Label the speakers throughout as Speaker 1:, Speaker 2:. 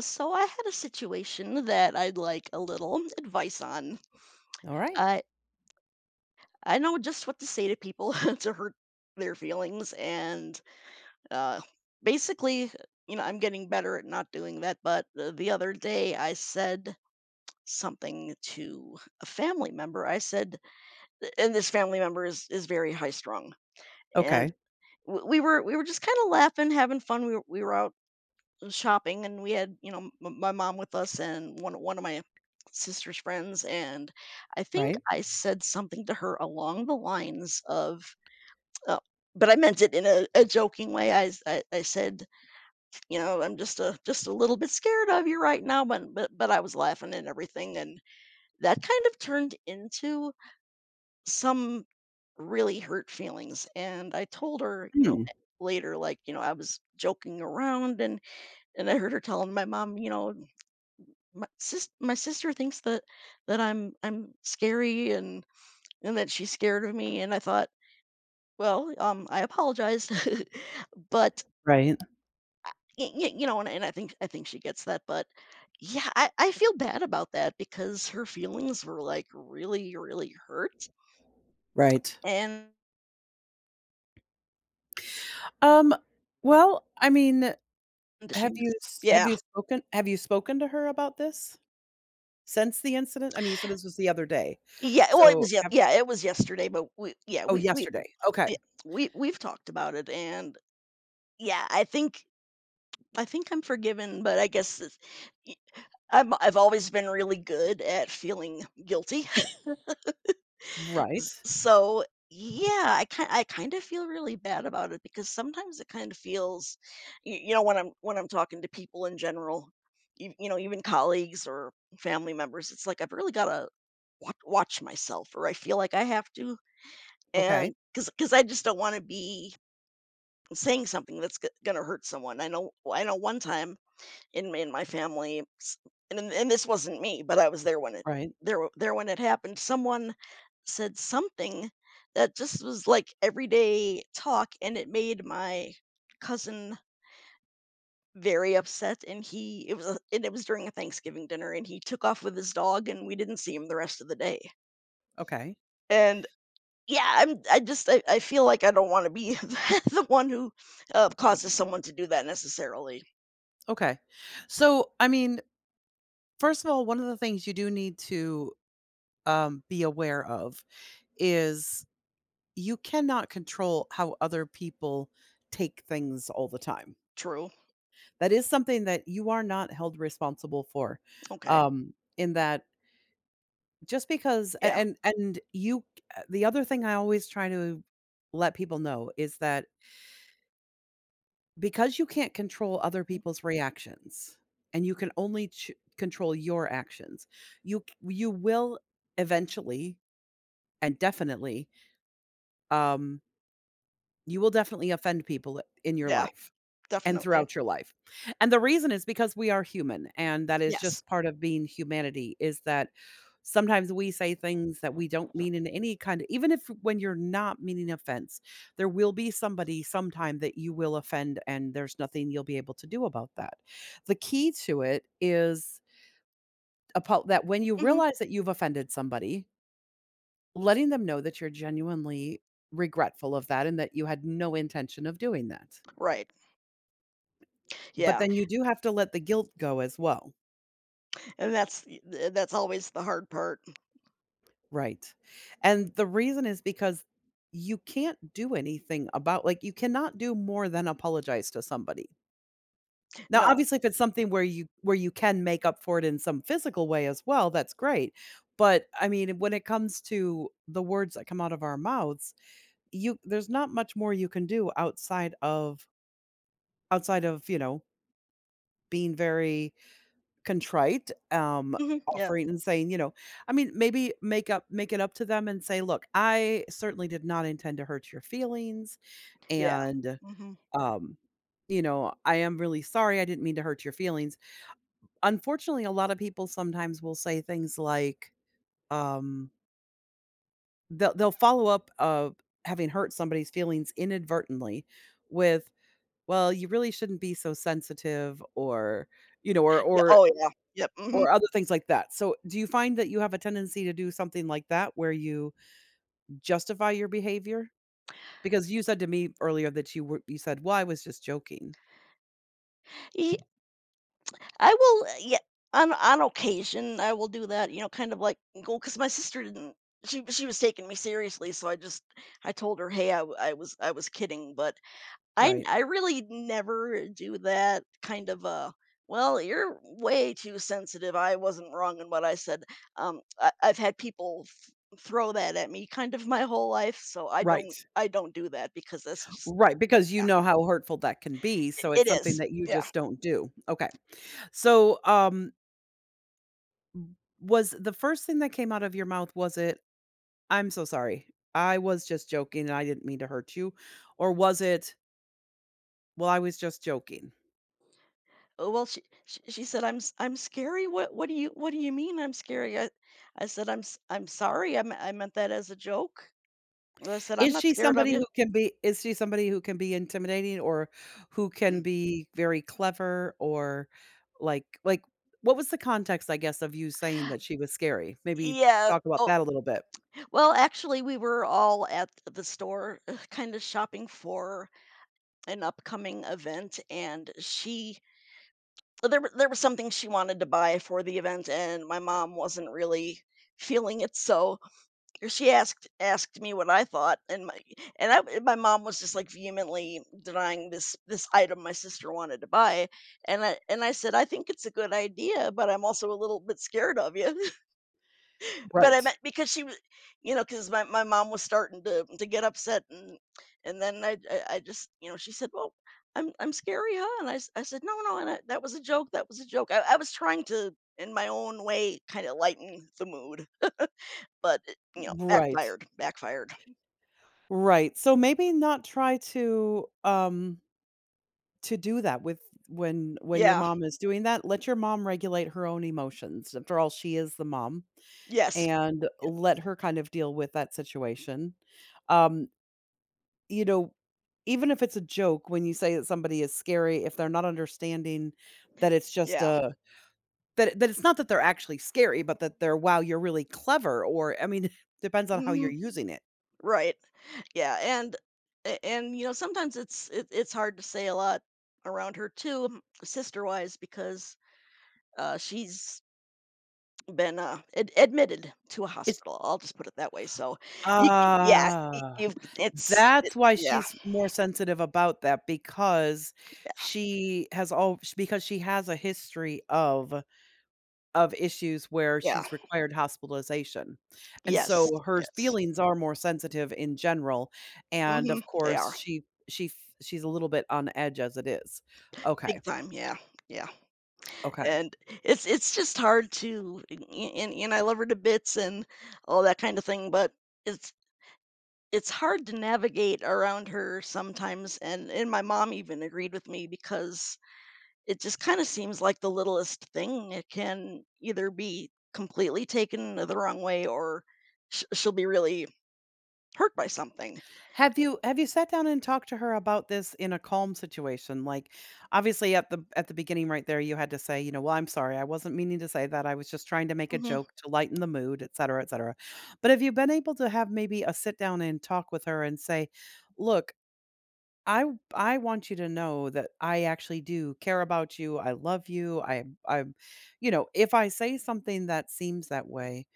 Speaker 1: So I had a situation that I'd like a little advice on.
Speaker 2: Alright.
Speaker 1: I I know just what to say to people to hurt their feelings, and uh, basically, I'm getting better at not doing that. But the other day, I said something to a family member. I said, and this family member is very high strung, and
Speaker 2: Okay.
Speaker 1: we were just kind of laughing, having fun. We were out shopping and we had my mom with us and one of my sister's friends, and I think
Speaker 2: Right.
Speaker 1: I said something to her along the lines of uh, but I meant it in a joking way. I said, I'm just a little bit scared of you right now, but I was laughing and everything, and that kind of turned into some really hurt feelings. And I told her,
Speaker 2: Hmm.
Speaker 1: later, like, I was joking around. And I heard her telling my mom, my sis my sister thinks that I'm scary and that she's scared of me. And I thought, well, I apologized. But
Speaker 2: Right.
Speaker 1: you know, and I think she gets that, but yeah, I feel bad about that because her feelings were like really really hurt
Speaker 2: Right.
Speaker 1: and
Speaker 2: Um, well, I mean,
Speaker 1: she was. Yeah.
Speaker 2: have you spoken to her about this since the incident? I mean, you said this was the other day.
Speaker 1: Yeah, well it
Speaker 2: So,
Speaker 1: was, yeah,
Speaker 2: have
Speaker 1: yeah, it was yesterday, but we, yeah,
Speaker 2: Oh,
Speaker 1: we
Speaker 2: yesterday. Okay.
Speaker 1: yeah, we've talked about it, and yeah, I think I'm forgiven, but I guess it's, I've always been really good at feeling guilty.
Speaker 2: Right.
Speaker 1: S So, yeah, I kind of feel really bad about it because sometimes it kind of feels, y you know, when I'm, when I'm talking to people in general, you know, even colleagues or family members, it's like I've really gotta wa watch watch myself, or I feel like I have to. And
Speaker 2: Okay.
Speaker 1: because, I just don't wanna be saying something that's go gonna hurt someone. I know one time in my family, s and this wasn't me, but I was there when it,
Speaker 2: Right.
Speaker 1: there when it happened. Someone said something that just was like everyday talk, and it made my cousin very upset, and he it was a, and it was during a Thanksgiving dinner, and he took off with his dog, and we didn't see him the rest of the day.
Speaker 2: Okay.
Speaker 1: And, yeah, I feel like I don't wanna be the one who, causes someone to do that necessarily.
Speaker 2: Okay. So, I mean, first of all, one of the things you do need to, be aware of is you cannot control how other people take things all the time.
Speaker 1: True.
Speaker 2: That is something that you are not held responsible for,
Speaker 1: Okay.
Speaker 2: in that just because a
Speaker 1: Yeah.
Speaker 2: and you the other thing I always try to let people know is that because you can't control other
Speaker 1: Mm.
Speaker 2: people's reactions, and you can only ch control your actions, you c you will eventually and definitely, um, you will definitely offend people in your
Speaker 1: Yeah,
Speaker 2: life and
Speaker 1: definitely.
Speaker 2: throughout your life. And the reason is because we are human, and that is
Speaker 1: Yes.
Speaker 2: just part of being humanity is that sometimes we say things that we don't mean in any kind of. Even if when you're not meaning offense, there will be somebody sometime that you will offend, and there's nothing you'll be able to do about that. The key to it is about that when you
Speaker 1: Mhm.
Speaker 2: realize that you've offended somebody, letting them know that you're genuinely regretful of that and that you had no intention of doing that.
Speaker 1: Right.
Speaker 2: But
Speaker 1: Yeah,
Speaker 2: then you do have to let the guilt go as well.
Speaker 1: and that's, th that's always the hard part.
Speaker 2: Right. And the reason is because you can't do anything about you cannot do more than apologize to somebody. Now,
Speaker 1: No.
Speaker 2: obviously, if it's something where you can make up for it in some physical way as well, that's great. But I mean, when it comes to the words that come out of our mouths, you there's not much more you can do outside of you know, being very contrite,
Speaker 1: Mhm. Yep.
Speaker 2: offering and saying, you know, I mean, maybe make it up to them and say, "Look, I certainly did not intend to hurt your feelings,
Speaker 1: Yeah.
Speaker 2: and,
Speaker 1: Mhm.
Speaker 2: um, you know, I am really sorry, I didn't mean to hurt your feelings." Unfortunately, a lot of people sometimes will say things like, um they'll follow up of having hurt somebody's feelings inadvertently with, "Well, you really shouldn't be so sensitive," or, you know,
Speaker 1: Yeah. Oh, yeah. Yep. Mhm.
Speaker 2: or other things like that. So, do you find that you have a tendency to do something like that where you justify your behavior? Because you said to me earlier that you said, "Well, I was just joking."
Speaker 1: Ye I will, yeah, on occasion, I will do that, you know, kind of like go, because my sister didn't, she was taking me seriously, so I just I told her, "Hey, I was kidding," but
Speaker 2: Right.
Speaker 1: I really never do that kind of a, "Well, you're way too sensitive. I wasn't wrong in what I said." I I've had people th throw that at me kind of my whole life, so
Speaker 2: Right.
Speaker 1: I don't do that because that's just,
Speaker 2: Right, because you
Speaker 1: yeah,
Speaker 2: know how hurtful that can be, so it's
Speaker 1: it
Speaker 2: something
Speaker 1: is,
Speaker 2: that you
Speaker 1: yeah.
Speaker 2: just don't do. Okay. So, was the first thing that came out of your mouth, was it, "I'm so sorry. I was just joking and I didn't mean to hurt you," or was it, "Well, I was just joking"?
Speaker 1: "Oh, well, she 'I'm s I'm scary. What do you, what do you mean I'm scary?' I said, 'I'm s I'm sorry. I meant that as a joke.' I said, 'I'm not scared of you.'"
Speaker 2: Is she somebody who can be intimidating or who can
Speaker 1: Mm.
Speaker 2: be very clever or like, what was the context, I guess, of you saying that she was scary? Maybe
Speaker 1: Yeah.
Speaker 2: talk about
Speaker 1: Oh,
Speaker 2: that a little bit.
Speaker 1: well, actually, we were all at the store kind of shopping for an upcoming event, and she, there was something she wanted to buy for the event, and my mom wasn't really feeling it, so she asked me what I thought. And my, and I, my mom was just like vehemently denying this item my sister wanted to buy, and I, said I think it's a good idea, but I'm also a little bit scared of you. But I
Speaker 2: Right.
Speaker 1: meant, because she was, you know, because my mom was starting to, get upset. And then I just, you know, she said, well, I'm scary, huh? And I said, no, no, and I, that was a joke. That was a joke. I was trying to, in my own way, kind of lighten the mood, but it, you know,
Speaker 2: Right.
Speaker 1: backfired, backfired.
Speaker 2: Right. So maybe not try to do that with when your
Speaker 1: Yeah.
Speaker 2: mom is doing that, let your mom regulate her own emotions. After all, she is the mom,
Speaker 1: Yes.
Speaker 2: and
Speaker 1: Yep.
Speaker 2: let her kind of deal with that situation. Um, you know, even if it's a joke, when you say that somebody is scary, if they're not understanding that it's just
Speaker 1: Yeah.
Speaker 2: a that that it's not that they're actually scary, but that they're, "Wow, you're really clever," or I mean, depends on how
Speaker 1: Hmm.
Speaker 2: you're using it.
Speaker 1: Right. Yeah. And and, you know, sometimes it, it's hard to say a lot around her too, sister wise, because she's been, ad admitted to a
Speaker 2: It's
Speaker 1: hospital, I'll just put it that way, so you yeah, y
Speaker 2: ah,
Speaker 1: you've, it's it,
Speaker 2: that's why
Speaker 1: yeah,
Speaker 2: she's more sensitive about that because she has a history of issues where
Speaker 1: yeah,
Speaker 2: she's required hospitalization, and
Speaker 1: yes,
Speaker 2: so her
Speaker 1: yes.
Speaker 2: feelings are more sensitive in general, and of
Speaker 1: Mhm, they
Speaker 2: course,
Speaker 1: are,
Speaker 2: she f she's a little bit on edge as it is. Okay,
Speaker 1: big time, yeah, yeah,
Speaker 2: okay.
Speaker 1: and it's just hard to, and I love her to bits and all that kind of thing, but it's it's hard to navigate around her sometimes, and my mom even agreed with me, because it just kinda seems like the littlest thing, it can either be completely taken the wrong way, or sh she'll be really hurt by something.
Speaker 2: Have you sat down and talked to her about this in a calm situation? Like, obviously, at the beginning right there, you had to say, you know, "Well, I'm sorry, I wasn't meaning to say that, I was just trying to make a
Speaker 1: Mhm.
Speaker 2: joke to lighten the mood," etcetera, etcetera. But have you been able to have maybe a sit down and talk with her and say, "Look, I I want you to know that I actually do care about you. I love you. I you know, if I say something that seems that way,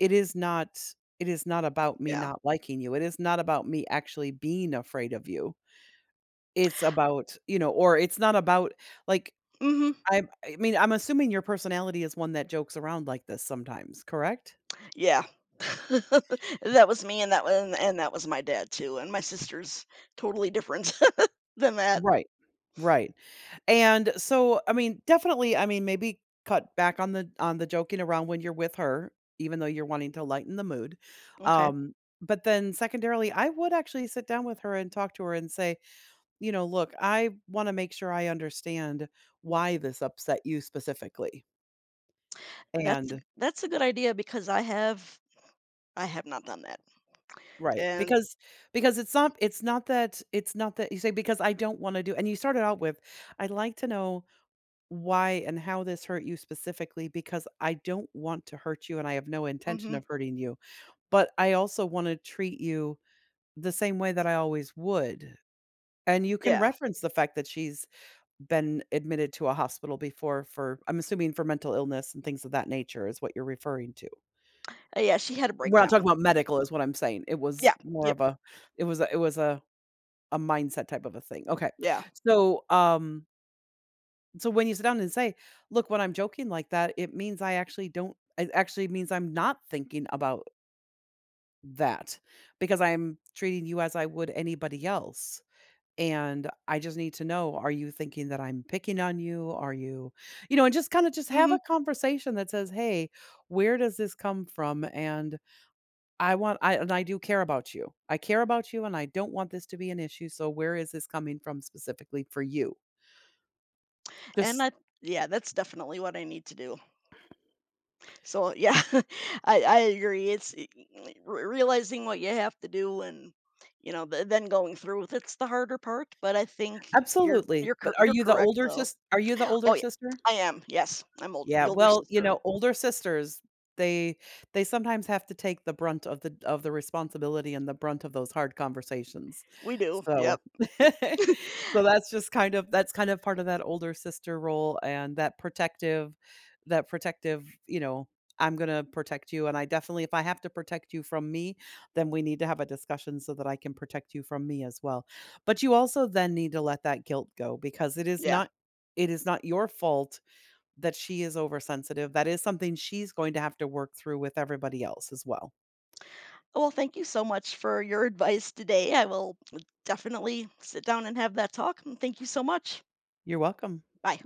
Speaker 2: it is not about me
Speaker 1: Yeah.
Speaker 2: not liking you. It is not about me actually being afraid of you. It's about, you know, or it's not about like
Speaker 1: Mhm.
Speaker 2: I mean, I'm assuming your personality is one that jokes around like this sometimes, correct?
Speaker 1: Yeah. That was me, and that was, my dad too, and my sister's totally different than that.
Speaker 2: Right. Right. And so, I mean, definitely, I mean, maybe cut back on the joking around when you're with her, even though you're wanting to lighten the mood.
Speaker 1: Okay.
Speaker 2: Um, but then secondarily, I would actually sit down with her and talk to her and say, you know, look, I want to make sure I understand why this upset you specifically.
Speaker 1: That's
Speaker 2: And
Speaker 1: that's a good idea because I have, not done that,
Speaker 2: right,
Speaker 1: and
Speaker 2: because it's not that you say because I don't want to do and you started out with I'd like to know why and how this hurt you specifically because I don't want to hurt you and I have no intention
Speaker 1: Mhm.
Speaker 2: of hurting you, but I also want to treat you the same way that I always would. And you can
Speaker 1: Yeah.
Speaker 2: reference the fact that she's been admitted to a hospital before for, I'm assuming, for mental illness and things of that nature is what you're referring to.
Speaker 1: Yeah, she had a
Speaker 2: We're not talking
Speaker 1: breakdown.
Speaker 2: about
Speaker 1: Yep.
Speaker 2: medical, is what I'm saying. It was
Speaker 1: Yeah.
Speaker 2: more
Speaker 1: Yep.
Speaker 2: of it was a mindset type of a thing. Okay.
Speaker 1: Yeah.
Speaker 2: So, so when you sit down and say, "Look, when I'm joking like that, it means I actually don't it actually means I'm not thinking about that because I'm treating you as I would anybody else. And I just need to know, are you thinking that I'm picking on you? Are you, you know, and just kind of just have
Speaker 1: Mhm.
Speaker 2: a conversation that says, "Hey, where does this come from?" And I do care about you. I care about you and I don't want this to be an issue. So where is this coming from specifically for you?
Speaker 1: And
Speaker 2: Just
Speaker 1: I, yeah, that's definitely what I need to do. So yeah, I agree. It's realizing what you have to do, and you know, then going through with it's the harder part. But I think you're
Speaker 2: absolutely,
Speaker 1: you're
Speaker 2: but
Speaker 1: you're correct though.
Speaker 2: are you the older
Speaker 1: Oh yeah,
Speaker 2: sister?
Speaker 1: I am. Yes, I'm old.
Speaker 2: Yeah,
Speaker 1: The older
Speaker 2: well, you
Speaker 1: sister.
Speaker 2: know, older sisters, they they sometimes have to take the brunt of the responsibility and the brunt of those hard conversations.
Speaker 1: We do.
Speaker 2: So
Speaker 1: Yep.
Speaker 2: so that's just kind of part of that older sister role and that protective you know, I'm going to protect you and I definitely if I have to protect you from me, then we need to have a discussion so that I can protect you from me as well. But you also then need to let that guilt go because it is
Speaker 1: Yeah.
Speaker 2: not your fault that she is oversensitive, that is something she's going to have to work through with everybody else as well.
Speaker 1: Well, thank you so much for your advice today. I will definitely sit down and have that talk. And thank you so much.
Speaker 2: You're welcome.
Speaker 1: Bye.